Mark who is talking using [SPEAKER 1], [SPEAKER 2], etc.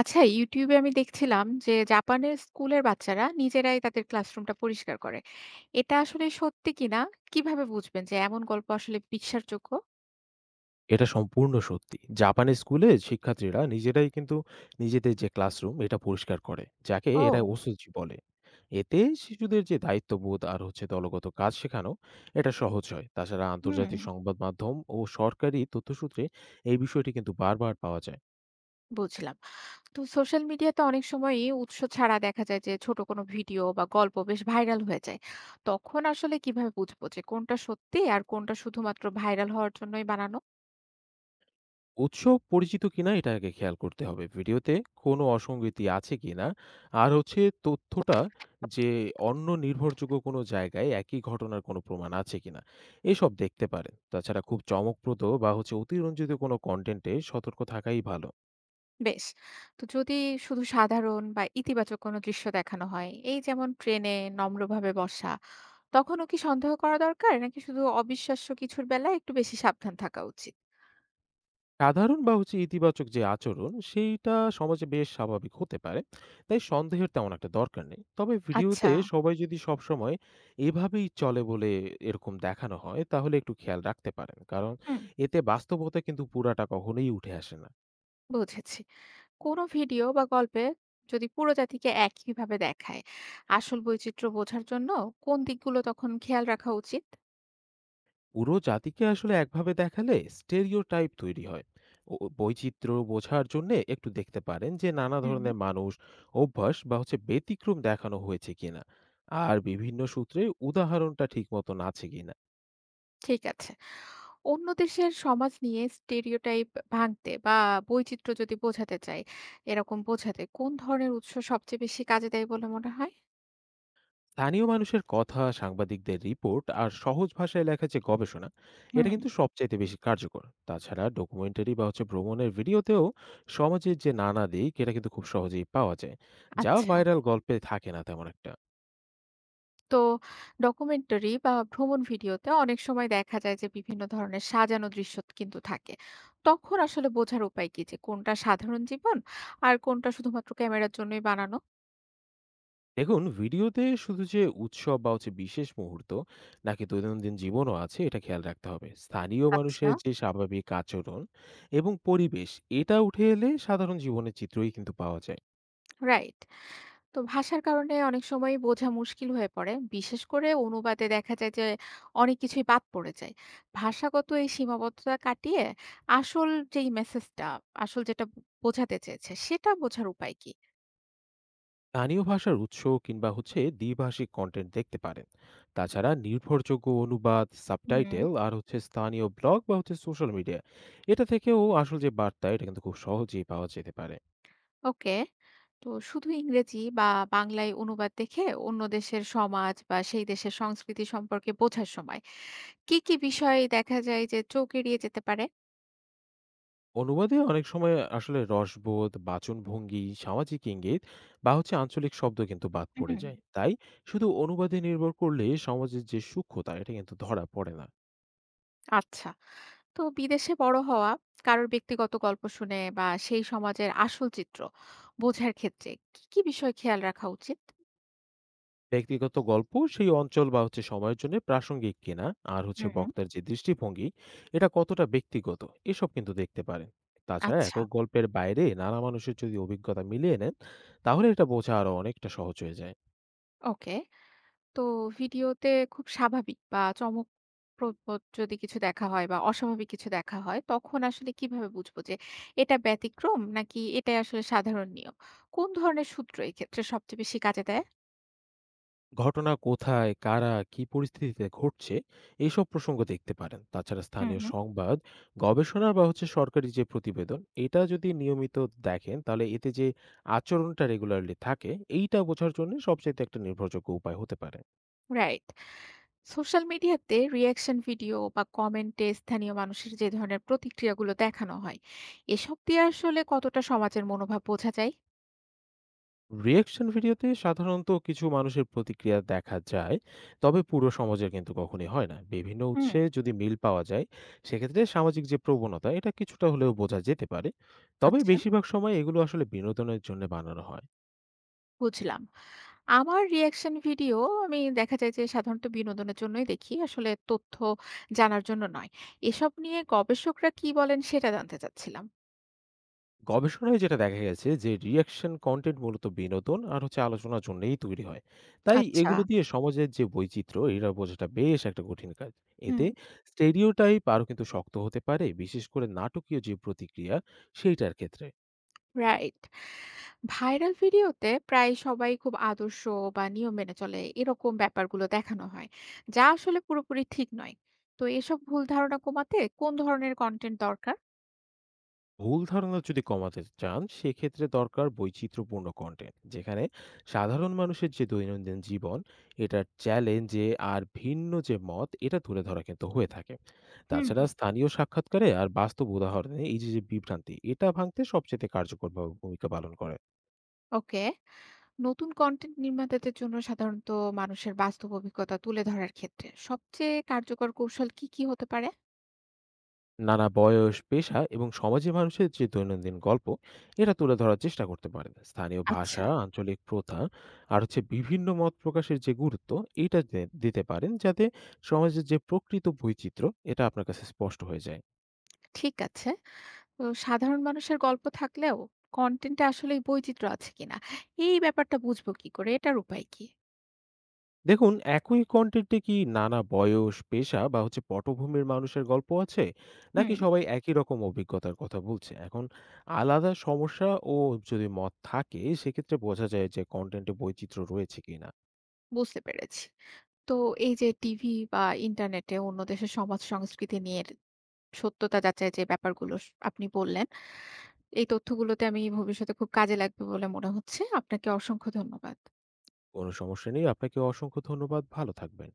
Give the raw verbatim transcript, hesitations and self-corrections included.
[SPEAKER 1] আচ্ছা ইউটিউবে আমি দেখছিলাম যে জাপানের স্কুলের বাচ্চারা নিজেরাই তাদের ক্লাসরুমটা পরিষ্কার করে। এটা আসলে সত্যি কিনা? কিভাবে বুঝবেন যে এমন গল্প আসলে বিশ্বাসযোগ্য?
[SPEAKER 2] এটা সম্পূর্ণ সত্যি। জাপানের স্কুলে শিক্ষার্থীরা নিজেরাই কিন্তু নিজেদের যে ক্লাসরুম এটা পরিষ্কার করে, যাকে এরা
[SPEAKER 1] ও।
[SPEAKER 2] ওসেজি বলে। এতে শিশুদের যে দায়িত্ববোধ আর হচ্ছে দলগত কাজ শেখানো, এটা সহজ হয়। তাছাড়া
[SPEAKER 1] হুম।
[SPEAKER 2] আন্তর্জাতিক সংবাদ মাধ্যম ও সরকারি তথ্যসূত্রে এই বিষয়টি কিন্তু বারবার পাওয়া যায়।
[SPEAKER 1] বুঝলাম। তো সোশ্যাল মিডিয়াতে অনেক সময়ই উৎস ছাড়া দেখা যায় যে ছোট কোনো ভিডিও বা গল্প বেশ ভাইরাল হয়ে যায়। তখন আসলে কিভাবে বুঝবো যে কোনটা সত্যি আর কোনটা শুধুমাত্র ভাইরাল হওয়ার জন্যই বানানো?
[SPEAKER 2] উৎস পরিচিত কিনা এটা আগে খেয়াল করতে হবে। ভিডিওতে কোনো অসঙ্গতি আছে কিনা? আর হচ্ছে তথ্যটা যে অন্য নির্ভরযোগ্য কোনো জায়গায় একই ঘটনার কোনো প্রমাণ আছে কিনা? এসব দেখতে পারেন। তাছাড়া খুব চমকপ্রদ বা হচ্ছে অতিরঞ্জিত কোনো কনটেন্টে সতর্ক থাকাই ভালো।
[SPEAKER 1] বেশ। তো যদি শুধু সাধারণ বা ইতিবাচক কোনো দৃশ্য দেখানো হয়, এই যেমন ট্রেনে নম্রভাবে বসা, তখন ও কি সন্দেহ করা দরকার? নাকি শুধু অবিশ্বাস্য কিছুর বেলায় একটু বেশি সাবধান থাকা উচিত?
[SPEAKER 2] সাধারণ বা হচ্ছে ইতিবাচক যে আচরণ সেইটা সমাজে বেশ স্বাভাবিক হতে পারে, তাই সন্দেহের তেমন একটা দরকার নেই। তবে ভিডিওতে
[SPEAKER 1] আচ্ছা।
[SPEAKER 2] সবাই যদি সব সময় এভাবেই চলে বলে এরকম দেখানো হয়, তাহলে একটু খেয়াল রাখতে পারেন, কারণ
[SPEAKER 1] হুম।
[SPEAKER 2] এতে বাস্তবতা কিন্তু পুরাটা কখনোই উঠে আসে না।
[SPEAKER 1] বুঝেছি। কোনো ভিডিও বা গল্পে যদি পুরো জাতিকে একইভাবে দেখায়, আসল বৈচিত্র্য বোঝার জন্য কোন দিকগুলো তখন খেয়াল রাখা উচিত?
[SPEAKER 2] পুরো জাতিকে আসলে একভাবে দেখালে স্টেরিওটাইপ তৈরি হয়। ও ও বৈচিত্র্য বোঝার জন্য একটু দেখতে পারেন যে নানা
[SPEAKER 1] হুম।
[SPEAKER 2] ধরনের মানুষ, অভ্যাস বা হচ্ছে ব্যতিক্রম দেখানো হয়েছে কিনা, আর বিভিন্ন সূত্রে উদাহরণটা ঠিক মতন আছে কিনা।
[SPEAKER 1] ঠিক আছে। অন্য দেশের সমাজ নিয়ে স্টেরিওটাইপ ভাঙতে বা বৈচিত্র্য যদি বোঝাতে চাই, এরকম বোঝাতে কোন ধরনের উৎস সবচেয়ে বেশি কাজে দেয় বলে মনে হয়?
[SPEAKER 2] স্থানীয় মানুষের কথা, সাংবাদিকদের রিপোর্ট আর সহজ ভাষায় লেখা যে গবেষণা,
[SPEAKER 1] হুম।
[SPEAKER 2] এটা কিন্তু সবচাইতে বেশি কার্যকর। তাছাড়া ডকুমেন্টারি বা হচ্ছে ভ্রমণের ভিডিওতেও সমাজের যে নানা দিক এটা কিন্তু খুব সহজেই পাওয়া যায়, যা
[SPEAKER 1] আচ্ছা।
[SPEAKER 2] ভাইরাল গল্পে থাকে না তেমন একটা।
[SPEAKER 1] তো ডকুমেন্টারি বা ভ্রমণ ভিডিওতে অনেক সময় দেখা যায় যে বিভিন্ন ধরনের সাজানো দৃশ্য কিন্তু থাকে। তখন আসলে বোঝার উপায় কি যে কোনটা সাধারণ জীবন আর কোনটা শুধুমাত্র ক্যামেরার জন্যই বানানো?
[SPEAKER 2] দেখুন, ভিডিওতে শুধু যে উৎসব বা হচ্ছে বিশেষ মুহূর্ত, নাকি দৈনন্দিন জীবনও আছে, এটা খেয়াল রাখতে হবে। স্থানীয়
[SPEAKER 1] আচ্ছা।
[SPEAKER 2] মানুষের যে স্বাভাবিক আচরণ এবং পরিবেশ এটা উঠে এলে সাধারণ জীবনের চিত্রই কিন্তু পাওয়া যায়।
[SPEAKER 1] রাইট। তো ভাষার কারণে অনেক সময় বোঝা মুশকিল হয়ে পড়ে, বিশেষ করে অনুবাদে দেখা যায় যে অনেক কিছুই বাদ পড়ে যায়। ভাষাগত এই সীমাবদ্ধতা কাটিয়ে আসল যেই মেসেজটা আসল যেটা বোঝাতে চেয়েছে সেটা বোঝার উপায় কি?
[SPEAKER 2] স্থানীয় ভাষার উৎস কিংবা হচ্ছে দ্বিভাষিক কন্টেন্ট দেখতে পারেন। তাছাড়া নির্ভরযোগ্য অনুবাদ,
[SPEAKER 1] হুম।
[SPEAKER 2] সাবটাইটেল আর হচ্ছে স্থানীয় ব্লগ বা হচ্ছে সোশ্যাল মিডিয়া, এটা থেকেও আসল যে বার্তা এটা কিন্তু খুব সহজেই পাওয়া যেতে পারে।
[SPEAKER 1] ওকে। তো শুধু ইংরেজি বা বাংলায় অনুবাদ দেখে অন্য দেশের সমাজ বা সেই দেশের সংস্কৃতি সম্পর্কে বোঝার সময় কি কি বিষয়ে দেখা যায় যে চোখ এড়িয়ে যেতে পারে?
[SPEAKER 2] অনুবাদে অনেক সময় আসলে রসবোধ, বাচনভঙ্গি, সামাজিক ইঙ্গিত বা হচ্ছে আঞ্চলিক শব্দ কিন্তু বাদ পড়ে
[SPEAKER 1] হুম।
[SPEAKER 2] যায়। তাই শুধু অনুবাদে নির্ভর করলে সমাজের যে সূক্ষ্মতা এটা কিন্তু ধরা পড়ে না।
[SPEAKER 1] আচ্ছা। তো বিদেশে বড় হওয়া কারোর ব্যক্তিগত গল্প শুনে বা সেই সমাজের আসল চিত্র বোঝার ক্ষেত্রে কি কি বিষয় খেয়াল রাখা উচিত?
[SPEAKER 2] ব্যক্তিগত গল্প সেই অঞ্চল বা হচ্ছে সময়ের জন্য প্রাসঙ্গিক কিনা, আর হচ্ছে
[SPEAKER 1] হুম।
[SPEAKER 2] বক্তার যে দৃষ্টিভঙ্গি এটা কতটা ব্যক্তিগত, এসব কিন্তু দেখতে পারেন। তাছাড়া
[SPEAKER 1] আচ্ছা।
[SPEAKER 2] একক গল্পের বাইরে নানা মানুষের যদি অভিজ্ঞতা মিলিয়ে নেন, তাহলে এটা বোঝা আরো অনেকটা সহজ হয়ে যায়।
[SPEAKER 1] ওকে। তো ভিডিওতে খুব স্বাভাবিক বা চমকপ্রদ যদি কিছু দেখা হয় বা অস্বাভাবিক কিছু দেখা হয়, তখন আসলে কিভাবে বুঝবো যে এটা ব্যতিক্রম নাকি এটা আসলে সাধারণ নিয়ম? কোন ধরনের সূত্র এক্ষেত্রে সবচেয়ে বেশি কাজে দেয়?
[SPEAKER 2] ঘটনা কোথায়, কারা, কী পরিস্থিতিতে ঘটছে, এইসব প্রসঙ্গ দেখতে পারেন। তাছাড়া
[SPEAKER 1] হুম,
[SPEAKER 2] স্থানীয়
[SPEAKER 1] হুম।
[SPEAKER 2] সংবাদ, গবেষণা বা হচ্ছে সরকারি যে প্রতিবেদন, এটা যদি নিয়মিত দেখেন, তাহলে এতে যে আচরণটা রেগুলারলি থাকে এইটা বোঝার জন্য সবচাইতে একটা নির্ভরযোগ্য উপায় হতে পারে।
[SPEAKER 1] রাইট। সোশ্যাল মিডিয়াতে রিয়াকশন ভিডিও বা কমেন্টে স্থানীয় মানুষের যে ধরনের প্রতিক্রিয়াগুলো দেখানো হয়, এসব দিয়ে আসলে কতটা সমাজের মনোভাব বোঝা যায়?
[SPEAKER 2] রিঅ্যাকশন ভিডিওতে সাধারণত কিছু মানুষের প্রতিক্রিয়া দেখা যায়, তবে পুরো সমাজের কিন্তু কখনোই হয় না। বিভিন্ন
[SPEAKER 1] হুম।
[SPEAKER 2] উৎসে যদি মিল পাওয়া যায়, সেক্ষেত্রে সামাজিক যে প্রবণতা, এটা কিছুটা হলেও বোঝা যেতে পারে। তবে
[SPEAKER 1] আচ্ছা।
[SPEAKER 2] বেশিরভাগ সময় এগুলো আসলে বিনোদনের জন্য বানানো হয়।
[SPEAKER 1] বুঝলাম। আমার রিঅ্যাকশন ভিডিও আমি দেখা যায় যে সাধারণত বিনোদনের জন্যই দেখি। আসলে তথ্য জানার জন্য নয়। এসব নিয়ে গবেষকরা কি বলেন সেটা জানতে চাচ্ছিলাম।
[SPEAKER 2] গবেষণায় যেটা দেখা গেছে, যে রিঅ্যাকশন কনটেন্ট মূলত বিনোদন আর হচ্ছে আলোচনার জন্যই তৈরি হয়। তাই
[SPEAKER 1] আচ্ছা।
[SPEAKER 2] এগুলো দিয়ে সমাজের যে বৈচিত্র্য, এটা বোঝাটা বেশ একটা কঠিন কাজ।
[SPEAKER 1] হুম।
[SPEAKER 2] এতে স্টেরিওটাইপ আরও কিন্তু শক্ত হতে পারে, বিশেষ করে নাটকীয় যে প্রতিক্রিয়া সেইটার ক্ষেত্রে।
[SPEAKER 1] রাইট। ভাইরাল ভিডিওতে প্রায় সবাই খুব আদর্শ বা নিয়ম মেনে চলে এরকম ব্যাপারগুলো দেখানো হয়, যা আসলে পুরোপুরি ঠিক নয়। তো এসব ভুল ধারণা কমাতে কোন ধরনের কনটেন্ট দরকার?
[SPEAKER 2] ভুল ধারণা যদি কমাতে চান, সেক্ষেত্রে দরকার বৈচিত্র্যপূর্ণ কন্টেন্ট, যেখানে সাধারণ মানুষের যে দৈনন্দিন জীবন, এটার চ্যালেঞ্জে আর ভিন্ন যে মত এটা তুলে ধরা কিন্তু হয়ে থাকে।
[SPEAKER 1] হুম,
[SPEAKER 2] তাছাড়া স্থানীয় সাক্ষাৎকারে আর বাস্তব উদাহরণে এই যে যে বিভ্রান্তি এটা ভাঙতে সবচেয়ে কার্যকরভাবে ভূমিকা পালন করে।
[SPEAKER 1] ওকে। নতুন কনটেন্ট নির্মাতাদের জন্য সাধারণত মানুষের বাস্তব অভিজ্ঞতা তুলে ধরার ক্ষেত্রে সবচেয়ে কার্যকর কৌশল কি কি হতে পারে?
[SPEAKER 2] নানা বয়স, পেশা এবং সমাজে মানুষের যে দৈনন্দিন গল্প এটা তুলে ধরার চেষ্টা করতে পারেন। স্থানীয়
[SPEAKER 1] আচ্ছা।
[SPEAKER 2] ভাষা, আঞ্চলিক প্রথা আর হচ্ছে বিভিন্ন মত প্রকাশের যে গুরুত্ব এটা দে- দিতে পারেন, যাতে সমাজের যে প্রকৃত বৈচিত্র্য এটা আপনার কাছে স্পষ্ট হয়ে যায়।
[SPEAKER 1] ঠিক আছে। তো সাধারণ মানুষের গল্প থাকলেও কন্টেন্টে আসলে বৈচিত্র্য আছে কিনা এই ব্যাপারটা বুঝবো কি করে, এটার উপায় কি?
[SPEAKER 2] দেখুন, একই কন্টেন্টে কি নানা বয়স, পেশা বা হচ্ছে পটভূমির মানুষের গল্প আছে, নাকি
[SPEAKER 1] হুম।
[SPEAKER 2] সবাই একই রকম অভিজ্ঞতার কথা বলছে। এখন আলাদা সমস্যা ও যদি মত থাকে, সেক্ষেত্রে বোঝা যায় যে কন্টেন্টে বৈচিত্র্য রয়েছে কিনা।
[SPEAKER 1] বুঝতে পেরেছি। তো এই যে টিভি বা ইন্টারনেটে অন্য দেশের সমাজ সংস্কৃতি নিয়ে সত্যতা যাচাই যে ব্যাপারগুলো স- আপনি বললেন, এই তথ্যগুলোতে আমি ভবিষ্যতে খুব কাজে লাগবে বলে মনে হচ্ছে। আপনাকে অসংখ্য ধন্যবাদ।
[SPEAKER 2] কোনো সমস্যা নেই। আপনাকে অসংখ্য ধন্যবাদ। ভালো থাকবেন।